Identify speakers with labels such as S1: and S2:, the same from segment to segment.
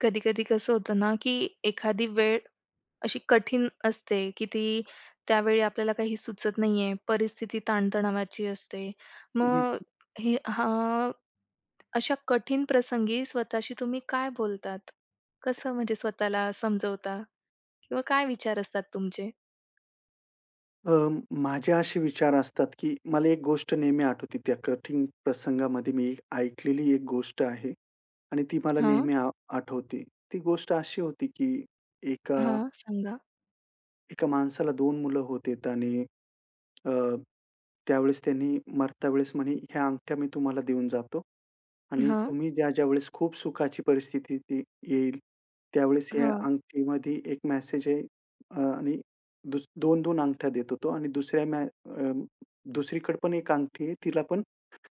S1: कधी-कधी कसं होतं ना, की एखादी वेळ अशी कठीण असते, की ती त्यावेळी आपल्याला काही सुचत नाहीये. परिस्थिती ताणतणावाची असते.
S2: हं, हं.
S1: मग हे हां, अशा कठीण प्रसंगी स्वतःशी तुम्ही काय बोलतात? कसं म्हणजे स्वतःला समजवता किंवा काय विचार असतात तुमचे?
S2: अ, माझे असे विचार असतात, की मला एक गोष्ट नेहमी आठवते. त्या कठीण प्रसंगामध्ये मी एक ऐकलेली एक गोष्ट आहे आणि ती मला
S1: हां,
S2: नेहमी आठवते. ती गोष्ट अशी होती, की एका
S1: हां, सांगा.
S2: एका माणसाला 2 मुलं होतेत आणि अ, त्यावेळेस त्यांनी मरता वेळेस म्हणे, "ह्या अंगठ्या मी तुम्हाला देऊन जातो आणि
S1: हां,
S2: तुम्ही ज्या-ज्या वेळेस खूप सुखाची परिस्थिती ती येईल, त्यावेळेस या
S1: हां,
S2: अंगठीमध्ये एक मेसेज आहे आणि 2-2 अंगठ्या देत होतो आणि दुसऱ्या दुसरीकडे पण एक अंगठी आहे, तिला पण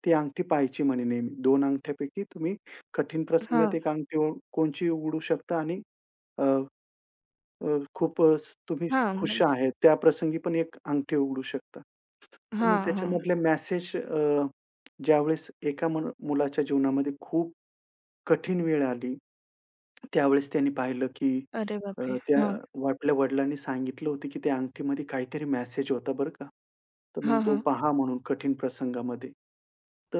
S2: ती अंगठी पाहायची म्हणे नेहमी. 2 अंगठ्यापैकी तुम्ही कठीण
S1: हां,
S2: प्रसंगात एक अंगठी कोणची उघडू शकता आणि अ, अ, खूप तुम्ही
S1: हां,
S2: खुश
S1: म्हणजे
S2: आहेत, त्या प्रसंगी पण एक अंगठी उघडू शकता. तर मग
S1: हां, हां.
S2: त्याच्यामधले मेसेज ज्यावेळेस एका मुलाच्या जीवनामध्ये खूप कठीण वेळ आली, त्यावेळेस त्याने पाहिलं की
S1: अरे
S2: अ,
S1: बापरे!
S2: त्या
S1: हां,
S2: आपल्या वडिलांनी सांगितलं होतं की त्या अंगठीमध्ये काहीतरी मेसेज होता बरं का. तर मग
S1: हां,
S2: तो
S1: हां.
S2: पहा म्हणून कठीण प्रसंगामध्ये.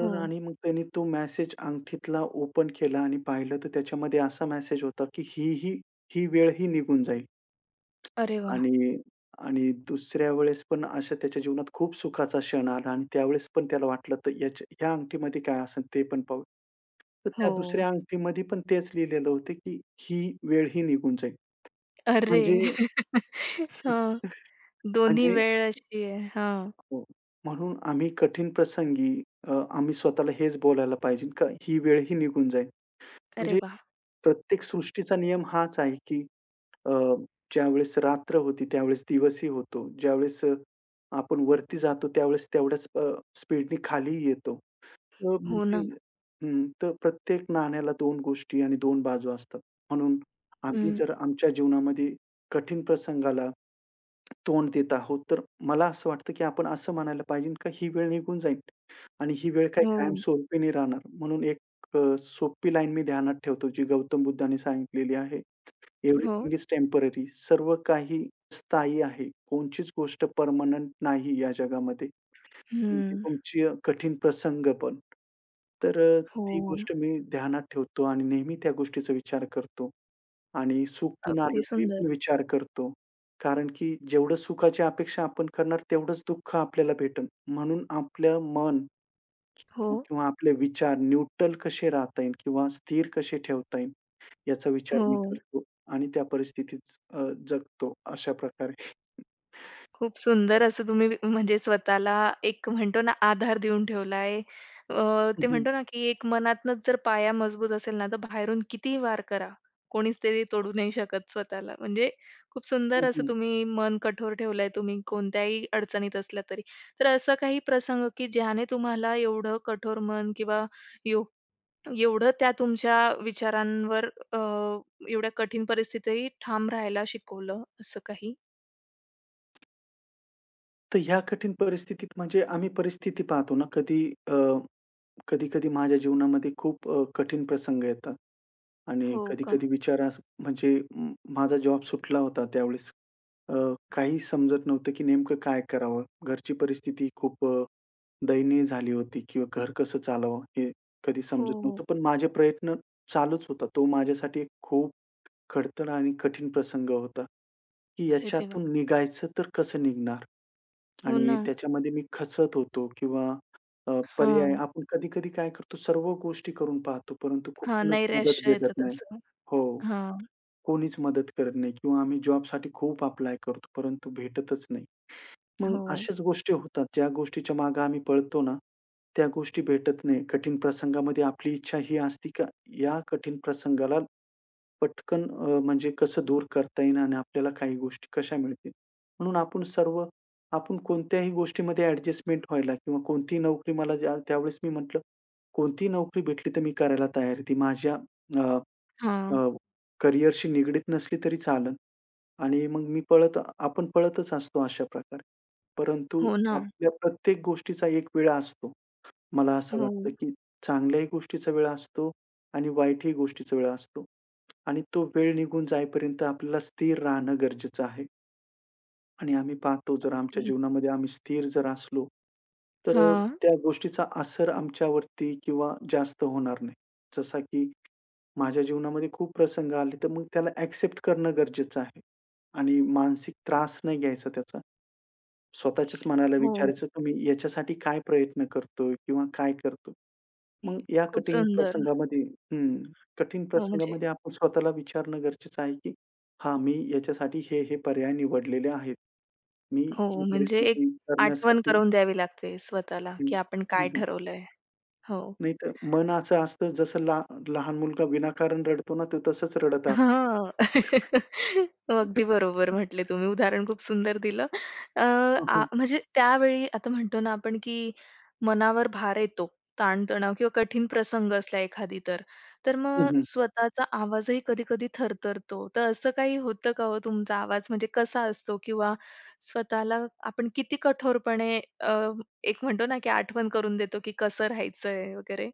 S1: हो.
S2: आणि मग त्याने तो मेसेज अंगठीतला ओपन केला आणि पाहिलं तर त्याच्यामध्ये असा मेसेज होता की ही वेळ ही निघून जाईल.
S1: अरे वाह!
S2: आणि आणि दुसऱ्या वेळेस पण अशा त्याच्या जीवनात खूप सुखाचा क्षण आला आणि त्यावेळेस पण त्याला वाटलं, तर याच्या ह्या अंगठीमध्ये काय असेल ते पण पाहू. तर
S1: हो.
S2: त्या दुसऱ्या अंगठीमध्ये पण तेच लिहिलेलं होतं, की ही वेळ ही निघून जाईल.
S1: अरे!
S2: म्हणजे
S1: हां. दोन्ही
S2: म्हणजे
S1: वेळ अशी आहे. हां.
S2: हो, म्हणून आम्ही कठीण प्रसंगी अ, आम्ही स्वतःला हेच बोलायला पाहिजे, का ही वेळ ही निघून जाईल.
S1: अरे
S2: म्हणजे
S1: वाह!
S2: प्रत्येक सृष्टीचा नियम हाच आहे, की अ, ज्यावेळेस रात्र होती, त्यावेळेस दिवसही होतो. ज्यावेळेस आपण वरती जातो, त्यावेळेस तेवढ्याच स्पीडनी खालीही येतो. अ,
S1: हो
S2: म्हणजे
S1: ना.
S2: तर प्रत्येक नाण्याला दोन गोष्टी आणि दोन बाजू असतात. म्हणून आम्ही
S1: हं.
S2: जर आमच्या जीवनामध्ये कठीण प्रसंगाला तोंड देत आहोत, तर मला असं वाटतं, की आपण असं म्हणायला पाहिजे, का ही वेळ निघून जाईल आणि ही वेळ काही
S1: हो,
S2: कायम हो. सोपी नाही राहणार. म्हणून एक सोपी लाईन मी ध्यानात ठेवतो, जी गौतम बुद्धाने सांगितलेली आहे.
S1: हो.
S2: एव्हरीथिंग इज टेम्पररी सर्व काही स्थायी आहे. कोणचीच गोष्ट परमनंट नाही या जगामध्ये. आणि
S1: हं.
S2: तुमची कठीण प्रसंग पण. तर
S1: हो.
S2: ती गोष्ट मी ध्यानात ठेवतो आणि नेहमी त्या गोष्टीचा विचार करतो आणि सुख पण हो. आलं
S1: अगदी
S2: तरी
S1: सुंदर.
S2: पण विचार करतो. कारण की जेवढं सुखाची अपेक्षा आपण करणार तेवढंच दुःख आपल्याला भेटन, म्हणून आपलं मन
S1: हो,
S2: किंवा आपले विचार न्यूट्रल कसे राहता येईल किंवा स्थिर कसे ठेवता येईल याचा विचार
S1: हो.
S2: मी करतो आणि त्या परिस्थितीत अ, जगतो अशा प्रकारे.
S1: खूप सुंदर असं तुम्ही म्हणजे स्वतःला एक म्हणतो ना आधार देऊन ठेवला आहे.
S2: हं,
S1: ते
S2: हं.
S1: म्हणतो ना, की एक मनातनच जर पाया मजबूत असेल ना, तर बाहेरून कितीही वार करा, कोणीच ते तोडू नाही शकत स्वतःला. म्हणजे खूप सुंदर
S2: हं,
S1: असं
S2: हं.
S1: तुम्ही मन कठोर ठेवलंय तुम्ही कोणत्याही अडचणीत असल्या तरी. तर असा काही प्रसंग, की ज्याने तुम्हाला एवढं कठोर मन किंवा एव एवढं त्या तुमच्या विचारांवर अ, एवढ्या कठीण परिस्थितीतही ठाम राहायला शिकवलं असं काही?
S2: तर ह्या कठीण परिस्थितीत म्हणजे आम्ही परिस्थिती पाहतो ना, कधी कधी-कधी माझ्या जीवनामध्ये खूप कठीण प्रसंग येतात आणि
S1: हो का?
S2: कधी-कधी विचारास म्हणजे म माझा जॉब सुटला होता त्यावेळेस. अ, काही समजत नव्हतं की नेमकं काय करावं? घरची परिस्थिती खूप दयनीय झाली होती किंवा घर कसं चालवावं हे कधी समजत नव्हतं.
S1: हो.
S2: पण माझे प्रयत्न चालूच होता. तो माझ्यासाठी एक खूप खडतर आणि कठीण प्रसंग होता, की
S1: अरे देवा!
S2: याच्यातून निघायचं तर कसं निघणार?
S1: हो ना.
S2: आणि त्याच्यामध्ये मी खचत होतो किंवा अ, पर्याय
S1: हां.
S2: आपण कधी-कधी काय करतो सर्व गोष्टी करून पाहतो, परंतु
S1: हां,
S2: कुठूनच मदत
S1: नैराश्य येतं
S2: भेटत नाही.
S1: तसं.
S2: हो,
S1: हां.
S2: कोणीच मदत करत नाही किंवा आम्ही जॉबसाठी खूप अप्लाय करतो, परंतु भेटतच नाही. मग
S1: हो.
S2: अशाच गोष्टी होतात, ज्या गोष्टीच्या मागे आम्ही पळतो ना, त्या गोष्टी भेटत नाही. कठीण प्रसंगामध्ये आपली इच्छा ही असते, का या कठीण प्रसंगाला पटकन म्हणजे कसं दूर करता येईल आणि आपल्याला काही गोष्टी कशा मिळतील. म्हणून आपण कोणत्याही गोष्टीमध्ये ॲडजस्टमेंट व्हायला किंवा कोणतीही नोकरी मला ज्या त्यावेळेस मी म्हटलं, कोणतीही नोकरी भेटली तर मी करायला तयार आहे. ती माझ्या अ,
S1: हां.
S2: अ, करिअरशी निगडीत नसली तरी चालेल आणि मग मी पळत आपण पळतच असतो अशा प्रकारे. परंतु
S1: हो ना.
S2: आपल्या प्रत्येक गोष्टीचा एक वेळा असतो. मला असं
S1: हो.
S2: वाटतं, की चांगल्याही गोष्टीचा वेळ असतो आणि वाईटही गोष्टीचा वेळ असतो. आणि तो वेळ निघून जाईपर्यंत आपल्याला स्थिर राहणं गरजेचं आहे. आणि आम्ही पाहतो जर आमच्या
S1: ती
S2: जीवनामध्ये आम्ही स्थिर जर असलो, तर
S1: हां.
S2: त्या गोष्टीचा असर आमच्यावरती किंवा जास्त होणार नाही. जसा की माझ्या जीवनामध्ये खूप प्रसंग आले, तर मग त्याला एक्सेप्ट करणं गरजेचं आहे आणि मानसिक त्रास नाही घ्यायचा त्याचा. स्वतःच्याच मनाला
S1: हो.
S2: विचारायचं, की मी याच्यासाठी काय प्रयत्न करतोय किंवा काय करतो? मग या
S1: खूप
S2: कठीण
S1: सुंदर.
S2: प्रसंगामध्ये हं, कठीण
S1: हो, म्हणजे
S2: प्रसंगामध्ये आपण स्वतःला विचारणं गरजेचं आहे, की "हां, मी याच्यासाठी हे, हे पर्याय निवडलेले आहेत. मी
S1: हो,
S2: ही
S1: म्हणजे एक
S2: परिस्थिती
S1: आठवण
S2: करण्यासाठी."
S1: करून द्यावी लागते स्वतःला,
S2: हं,
S1: की आपण काय
S2: हं, हं.
S1: ठरवलंय. हो.
S2: नाहीतर मन असं असतं जसं लहान मुलगा विनाकारण रडतो ना, तो तसंच रडत असतो.
S1: हां. अगदी बरोबर म्हटले तुम्ही. उदाहरण खूप सुंदर दिलं. अ,
S2: हं,
S1: आ
S2: हं.
S1: म्हणजे त्यावेळी आता म्हणतो ना आपण, की मनावर भार येतो, ताणतणाव किंवा कठीण प्रसंग असला एखादी तर. तर मग स्वतःचा आवाजही कधी-कधी थरथरतो. तर असं काही होतं का हो तुमचा आवाज म्हणजे कसा असतो किंवा स्वतःला आपण किती कठोरपणे अ, एक म्हणतो ना, की आठवण करून देतो, की कसं राहायचंय वगैरे?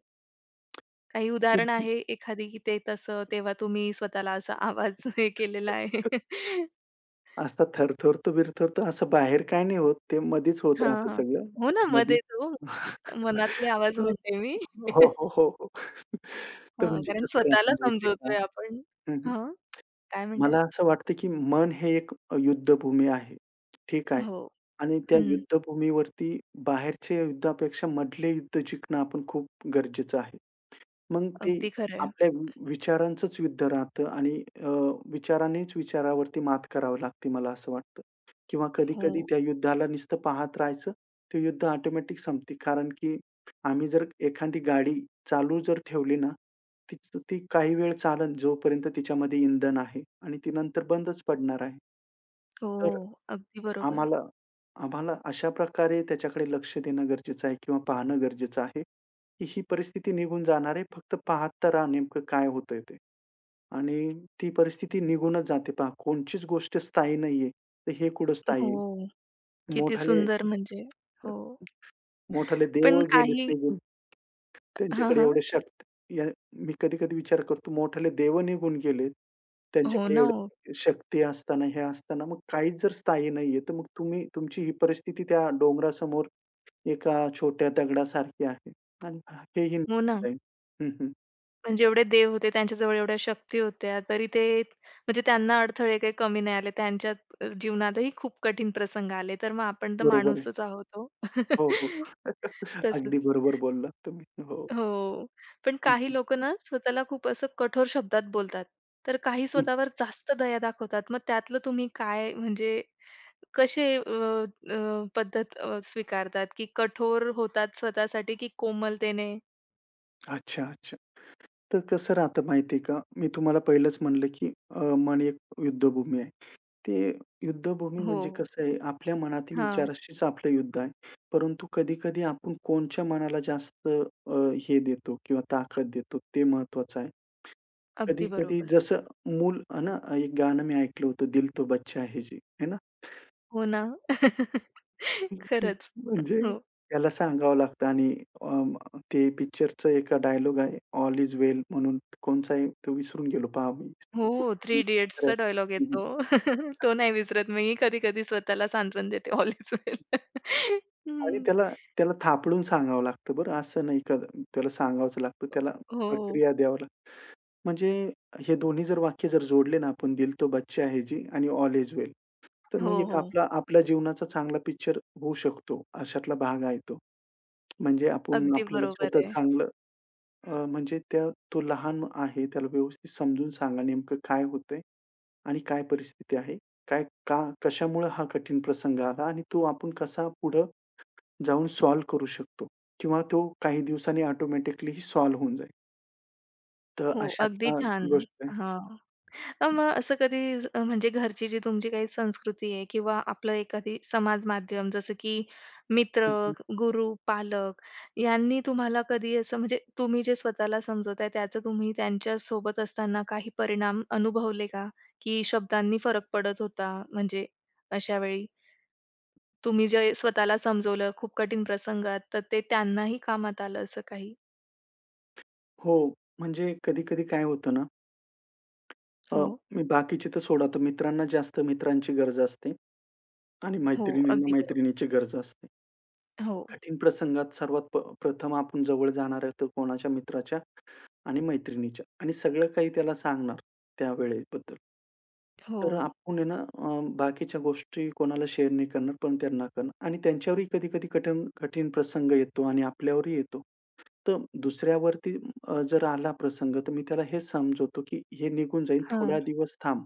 S1: काही उदाहरण आहे एखादी की ते तसं तेव्हा तुम्ही स्वतःला असा आवाज हे केलेला आहे?
S2: असा थरथरतो, बिरथरतो असं बाहेर काही नाही होत. ते मधीच होत
S1: हां,
S2: राहतं
S1: हां.
S2: सगळं.
S1: हो ना,
S2: मधीच
S1: मध्येच हो. मनातले आवाज म्हणते मी.
S2: हो, हो, हो, हो. तर
S1: हां,
S2: म्हणजे
S1: कारण
S2: कसं राहतं
S1: स्वतःला
S2: माहिती आहे का?
S1: समजवतोय आपण.
S2: हं, हं.
S1: हां, काय म्हणताय?
S2: मला असं वाटतं, की मन हे एक युद्धभूमी आहे. ठीक आहे.
S1: हो.
S2: आणि त्या
S1: हं.
S2: युद्धभूमीवरती बाहेरच्या युद्धापेक्षा मधले युद्ध जिंकणं आपण खूप गरजेचं आहे. मग ते
S1: अगदी खरं
S2: आपल्या विचारांचंच युद्ध राहतं आणि अ, विचारानेच विचारावरती मात करावी लागते मला असं वाटतं. किंवा
S1: हो,
S2: कधी-कधी त्या युद्धाला नुसतं पाहत राहायचं. ते युद्ध ऑटोमॅटिक संपते. कारण की आम्ही जर एखादी गाडी चालू जर ठेवली ना, तीच ती काही वेळ चालेल जोपर्यंत तिच्यामध्ये इंधन आहे आणि ती नंतर बंदच पडणार आहे.
S1: हो. अगदी बरोबर.
S2: आम्हाला आम्हाला अशा प्रकारे त्याच्याकडे लक्ष देणं गरजेचं आहे किंवा पाहणं गरजेचं आहे, की ही परिस्थिती निघून जाणार आहे. फक्त पाहत तर राहा नेमकं काय होतंय ते. आणि ती परिस्थिती निघूनच जाते पहा कोणचीच गोष्ट स्थायी नाहीये. तर हे कुठं स्थायी आहे?
S1: हो. किती
S2: मोठाले
S1: सुंदर म्हणजे. हो.
S2: मोठाले
S1: पण
S2: देव गेलेत
S1: काही
S2: निघून.
S1: हां,
S2: त्यांच्याकडे
S1: हां.
S2: एवढ्या शक्त या मी कधी-कधी विचार करतो मोठाले देव निघून गेलेत.
S1: हो
S2: त्यांच्याकडे
S1: ना, हो.
S2: एवढ्या शक्ती असताना, हे असताना मग काहीच जर स्थायी नाहीये, तर मग तुम्ही तुमची ही परिस्थिती त्या डोंगरासमोर एका छोट्या दगडासारखी आहे आणि हेही
S1: हो ना.
S2: निघून जाईल. हं, हं.
S1: म्हणजे एवढे देव होते, त्यांच्याजवळ एवढ्या शक्ती होत्या, तरी ते म्हणजे त्यांना अडथळे काही कमी नाही आले. त्यांच्या जीवनातही खूप कठीण प्रसंग आले. तर मग आपण तर
S2: बरोबर आहे.
S1: माणूसच आहोत हो.
S2: हो, हो. अगदी
S1: तसंच.
S2: बरोबर बोललात तुम्ही. हो.
S1: हो. पण
S2: हं,
S1: काही
S2: हं.
S1: लोकं ना स्वतःला खूप असं कठोर शब्दात बोलतात. तर काही
S2: हं.
S1: स्वतःवर जास्त दया दाखवतात. मग त्यातलं तुम्ही काय म्हणजे कसे अ, अ, पद्धत स्वीकारतात, की कठोर होतात स्वतःसाठी, की कोमलतेने?
S2: अच्छा, अच्छा. तर कसं राहतं माहिती का? मी तुम्हाला पहिलंच म्हणलं, की मन एक युद्धभूमी आहे. ते युद्धभूमी
S1: हो.
S2: म्हणजे कसं आहे, आपल्या मनातील
S1: हां.
S2: विचाराशीच आपलं युद्ध आहे. परंतु कधी-कधी आपण कोणच्या मनाला जास्त हे देतो किंवा ताकद देतो ते महत्वाचं आहे.
S1: अगदी
S2: कधी-कधी
S1: बरोबर.
S2: जसं मूल आहे ना, एक गाणं मी ऐकलं होतं, दिल तो बच्चा है जी, है ना?
S1: हो ना. खरंच.
S2: म्हणजे
S1: हो.
S2: त्याला सांगावं लागतं आणि अं, ते पिक्चरचं एका डायलॉग आहे, ऑल इज वेल म्हणून कोणचा आहे तो विसरून गेलो पहा मी.
S1: हो, थ्री इडियट्सचा डायलॉग
S2: हं,
S1: येतो. तो नाही विसरत मी कधी-कधी स्वतःला सांत्वन देते ऑल इज वेल.
S2: आणि
S1: हं.
S2: त्याला त्याला थापडून सांगावं लागतं बरं, असं नाही का त्याला सांगावंच लागतं. त्याला
S1: हो.
S2: प्रक्रिया द्यावं लागतं. म्हणजे हे दोन्ही जर वाक्य जर जोडले ना आपण "दिल तो बच्चा है जी" आणि "ऑल इज वेल." तर
S1: हो,
S2: मग एक
S1: हो.
S2: आपला आपल्या जीवनाचा चांगला पिक्चर होऊ शकतो. अशातला भाग आहे तो. म्हणजे आपण
S1: अगदी
S2: आपल्याला
S1: बरोबर
S2: स्वतः
S1: आहे.
S2: चांगलं अ, म्हणजे त्या तो लहान आहे, त्याला व्यवस्थित समजून सांगा नेमकं काय होतंय आणि काय परिस्थिती आहे. काय का कशामुळं हा कठीण प्रसंग आला आणि तो आपण कसा पुढं जाऊन सॉल्व्ह करू शकतो किंवा तो काही दिवसांनी ऑटोमॅटिकली सॉल्व्ह होऊन जाईल. तर
S1: हो, अगदी
S2: अशातला
S1: छान.
S2: गोष्ट आहे.
S1: हां. तर मग असं कधी म्हणजे घरची जी तुमची काही संस्कृती आहे किंवा आपलं एखादी समाज माध्यम जसं की मित्र,
S2: हं, हं.
S1: गुरु, पालक यांनी तुम्हाला कधी असं म्हणजे तुम्ही जे स्वतःला समजवताय त्याचा तुम्ही त्यांच्या सोबत असताना काही परिणाम अनुभवले का? की शब्दांनी फरक पडत होता म्हणजे अशा वेळी तुम्ही जे स्वतःला समजवलं खूप कठीण प्रसंगात तर ते त्यांनाही कामात आलं असं काही?
S2: हो, म्हणजे कधी-कधी काय होतं ना, अ,
S1: हो,
S2: मी बाकीचे तर सोडा, तर मित्रांना जास्त मित्रांची गरज असते आणि
S1: हो. अगदी
S2: मैत्रिणींना
S1: बरोबर.
S2: मैत्रिणीची गरज असते.
S1: हो,
S2: कठीण प्रसंगात सर्वात प्रथम आपण जवळ जाणार आहे तर कोणाच्या मित्राच्या आणि मैत्रिणीच्या आणि सगळं काही त्याला सांगणार त्यावेळेबद्दल.
S1: हो.
S2: तर आपण आहे ना बाकीच्या गोष्टी कोणाला शेअर नाही करणार, पण त्यांना करणार आणि त्यांच्यावरही कधी-कधी कठीण कठीण प्रसंग येतो आणि आपल्यावरही येतो. तर दुसऱ्यावरती जर आला प्रसंग, तर मी त्याला हेच समजवतो, की हे निघून जाईल,
S1: हां.
S2: थोडा दिवस थांब.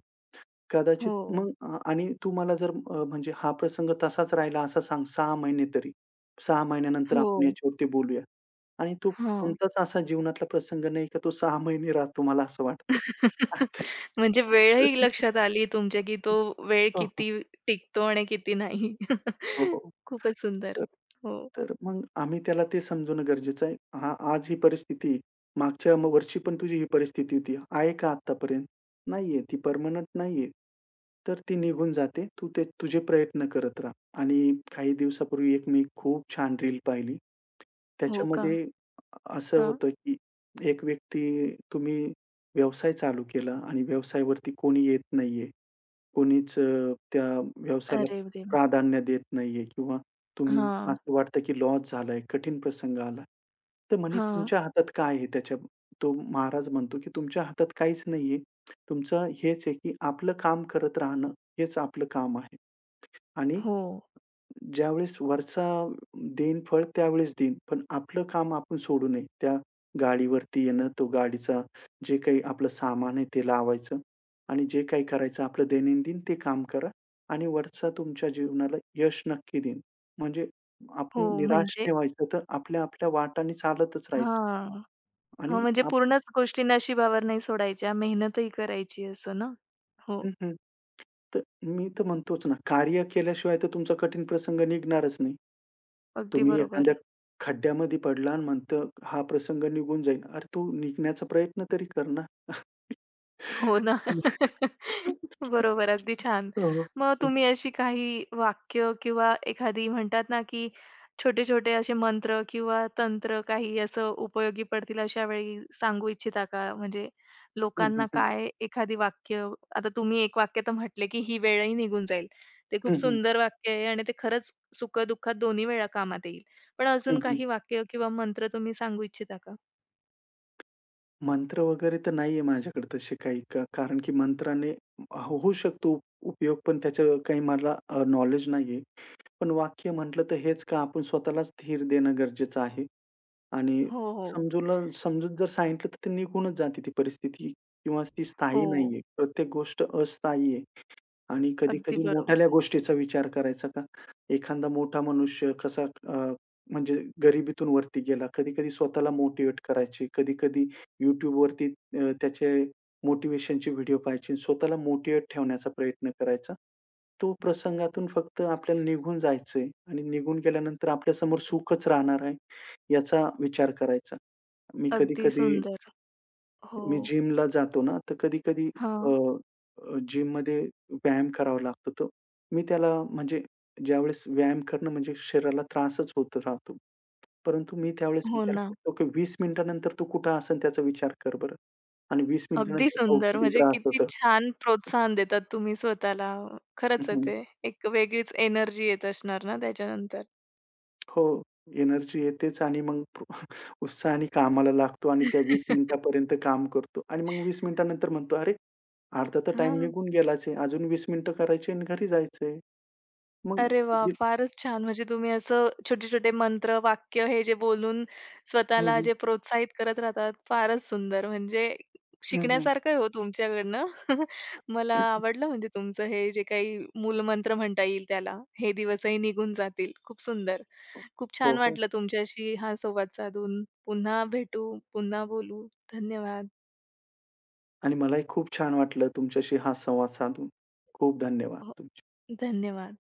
S2: कदाचित
S1: हो,
S2: मग आणि तू मला जर म्हणजे हा प्रसंग तसाच राहिला असं सांग 6 महिने तरी. 6 महिन्यानंतर आपण
S1: हो.
S2: याच्यावरती बोलूया. आणि तो
S1: हां.
S2: कोणताच असा जीवनातला प्रसंग नाही, का तो 6 महिने राहतो, मला असं वाटतं.
S1: म्हणजे वेळही लक्षात आली तुमच्या, की तो वेळ किती टिकतो आणि किती नाही.
S2: हो, हो.
S1: खूपच सुंदर.
S2: तर
S1: हो.
S2: तर मग आम्ही त्याला ते समजवणं गरजेचं आहे. हां, आज ही परिस्थिती आहे. मागच्या वर्षी पण तुझी ही परिस्थिती होती. आहे का आत्तापर्यंत? नाहीये. ती पर्मनंट नाहीये. तर ती निघून जाते. तू ते तुझे प्रयत्न करत राहा. आणि काही दिवसापूर्वी एक मी खूप छान रील पाहिली.
S1: हो का?
S2: त्याच्यामध्ये असं
S1: हां.
S2: होतं, की एक व्यक्ती तुम्ही व्यवसाय चालू केला आणि व्यवसायावरती कोणी येत नाहीये. कोणीच त्या व्यवसायाला
S1: अरे देवा!
S2: प्राधान्य देत नाहीये किंवा तुम्ही
S1: हां,
S2: असं वाटतं की लॉस झालाय, कठीण प्रसंग आला. तर म्हणे
S1: हां.
S2: तुमच्या हातात काय आहे त्याच्या तो महाराज म्हणतो की तुमच्या हातात काहीच नाहीये. तुमचं हेच आहे की आपलं काम करत राहणं हेच आपलं काम आहे आणि
S1: हो,
S2: ज्यावेळेस वरचा देईन फळ त्यावेळेस देईन. पण आपलं काम आपण सोडू नये. त्या गाडीवरती येणं, तो गाडीचा जे काही आपलं सामान आहे ते लावायचं आणि जे काही करायचं आपलं दैनंदिन ते काम करा आणि वरचा तुमच्या जीवनाला यश नक्की देईन. म्हणजे
S1: हो.
S2: आपण निराश
S1: म्हणजे
S2: नाही व्हायचं, तर आपल्या आपल्या वाटाने चालतच राहायचं
S1: हां.
S2: आणि
S1: हां, म्हणजे पूर्णच गोष्टी नशिबावर नाही सोडायच्या, मेहनतही करायची असं ना? हो,
S2: हं, हं. तर मी तर म्हणतोच ना, कार्य केल्याशिवाय तर तुमचा कठीण प्रसंग निघणारच नाही.
S1: अगदी
S2: तुम्ही
S1: बरोबर.
S2: एखाद्या खड्ड्यामध्ये पडला आणि म्हणतं, "हा प्रसंग निघून जाईल." अरे तू निघण्याचा प्रयत्न तरी कर ना.
S1: हो ना. बरोबर, अगदी छान.
S2: हो.
S1: मग तुम्ही अशी काही वाक्य किंवा एखादी म्हणतात ना, की छोटे-छोटे असे मंत्र किंवा तंत्र काही असं उपयोगी पडतील अशा वेळी सांगू इच्छिता का? म्हणजे
S2: हं,
S1: लोकांना
S2: हं, हं, हं.
S1: काय एखादी वाक्य आता तुम्ही एक वाक्य तर म्हटले, की "ही वेळही निघून जाईल." ते
S2: हं,
S1: खूप
S2: हं.
S1: सुंदर वाक्य आहे आणि ते खरंच सुख-दुःखात दोन्ही वेळा कामात येईल. पण
S2: हं,
S1: अजून
S2: हं.
S1: काही वाक्य किंवा मंत्र तुम्ही सांगू इच्छिता का?
S2: मंत्र वगैरे तर नाहीये माझ्याकडे तसे काही का कारण की मंत्राने हो होऊ शकतो उपयोग, पण त्याचं काही मला नॉलेज नाहीये. पण वाक्य म्हटलं तर हेच का आपण स्वतःलाच धीर देणं गरजेचं आहे. आणि
S1: हो, हो.
S2: समजून जर सांगितलं तर ते निघूनच जाते ती परिस्थिती किंवा ती स्थायी
S1: हो.
S2: नाहीये. प्रत्येक गोष्ट अस्थायी आहे. आणि
S1: अगदी
S2: कधी-कधी
S1: बरोबर.
S2: मोठाल्या गोष्टीचा विचार करायचा का? एखादा मोठा मनुष्य कसा म्हणजे गरिबीतून वरती गेला. कधी-कधी स्वतःला मोटिवेट करायची. कधी-कधी YouTubeवरती त्याचे मोटिव्हेशनचे व्हिडिओ पाहायचे. स्वतःला मोटिव्हेट ठेवण्याचा प्रयत्न करायचा. तो प्रसंगातून फक्त आपल्याला निघून जायचंय आणि निघून गेल्यानंतर आपल्यासमोर सुखच राहणार आहे, याचा विचार करायचा. मी
S1: अगदी
S2: कधी-कधी
S1: सुंदर. हो.
S2: मी जिमला जातो ना, तर कधी-कधी अ,
S1: हां.
S2: अ, जिममध्ये व्यायाम करावा लागतो. तर मी त्याला म्हणजे ज्यावेळेस व्यायाम करणं म्हणजे शरीराला त्रासच होत राहतो. परंतु मी त्यावेळेस
S1: हो
S2: विचार
S1: ना.
S2: करतो, की 20 मिनिटानंतर तू कुठं असेल त्याचा विचार कर बरं आणि 20
S1: अगदी
S2: मिनिटानंतर पाहू
S1: सुंदर.
S2: किती
S1: म्हणजे
S2: त्रास
S1: किती
S2: होतो.
S1: छान प्रोत्साहन देतात तुम्ही स्वतःला. खरंच आहे ते. एक वेगळीच एनर्जी येत असणार ना त्याच्यानंतर.
S2: हो. एनर्जी येतेच आणि मग उत्साहाने कामाला लागतो आणि त्या 20 मिनिटापर्यंत काम करतो आणि मग 20 मिनिटानंतर म्हणतो, "अरे, अर्धा तर टाइम
S1: हां.
S2: निघून गेलाच आहे. अजून 20 मिनिटं करायची आणि घरी जायचंय." मग
S1: अरे वाह! फारच छान. म्हणजे तुम्ही असं छोटे-छोटे मंत्र, वाक्य हे जे बोलून
S2: हं,
S1: स्वतःला
S2: हं.
S1: जे प्रोत्साहित करत राहतात, फारच सुंदर. म्हणजे
S2: हं, हं.
S1: शिकण्यासारखं आहे हो तुमच्याकडनं. मला आवडलं म्हणजे तुमचं हे जे काही मूलमंत्र म्हणता येईल त्याला. हे दिवसही निघून जातील. खूप सुंदर. खूप
S2: हो,
S1: छान
S2: हो.
S1: वाटलं तुमच्याशी हा संवाद साधून. पुन्हा भेटू, पुन्हा बोलू. धन्यवाद.
S2: आणि मलाही खूप छान वाटलं तुमच्याशी हा संवाद साधून. खूप धन्यवाद
S1: हो,
S2: तुमचे.
S1: धन्यवाद.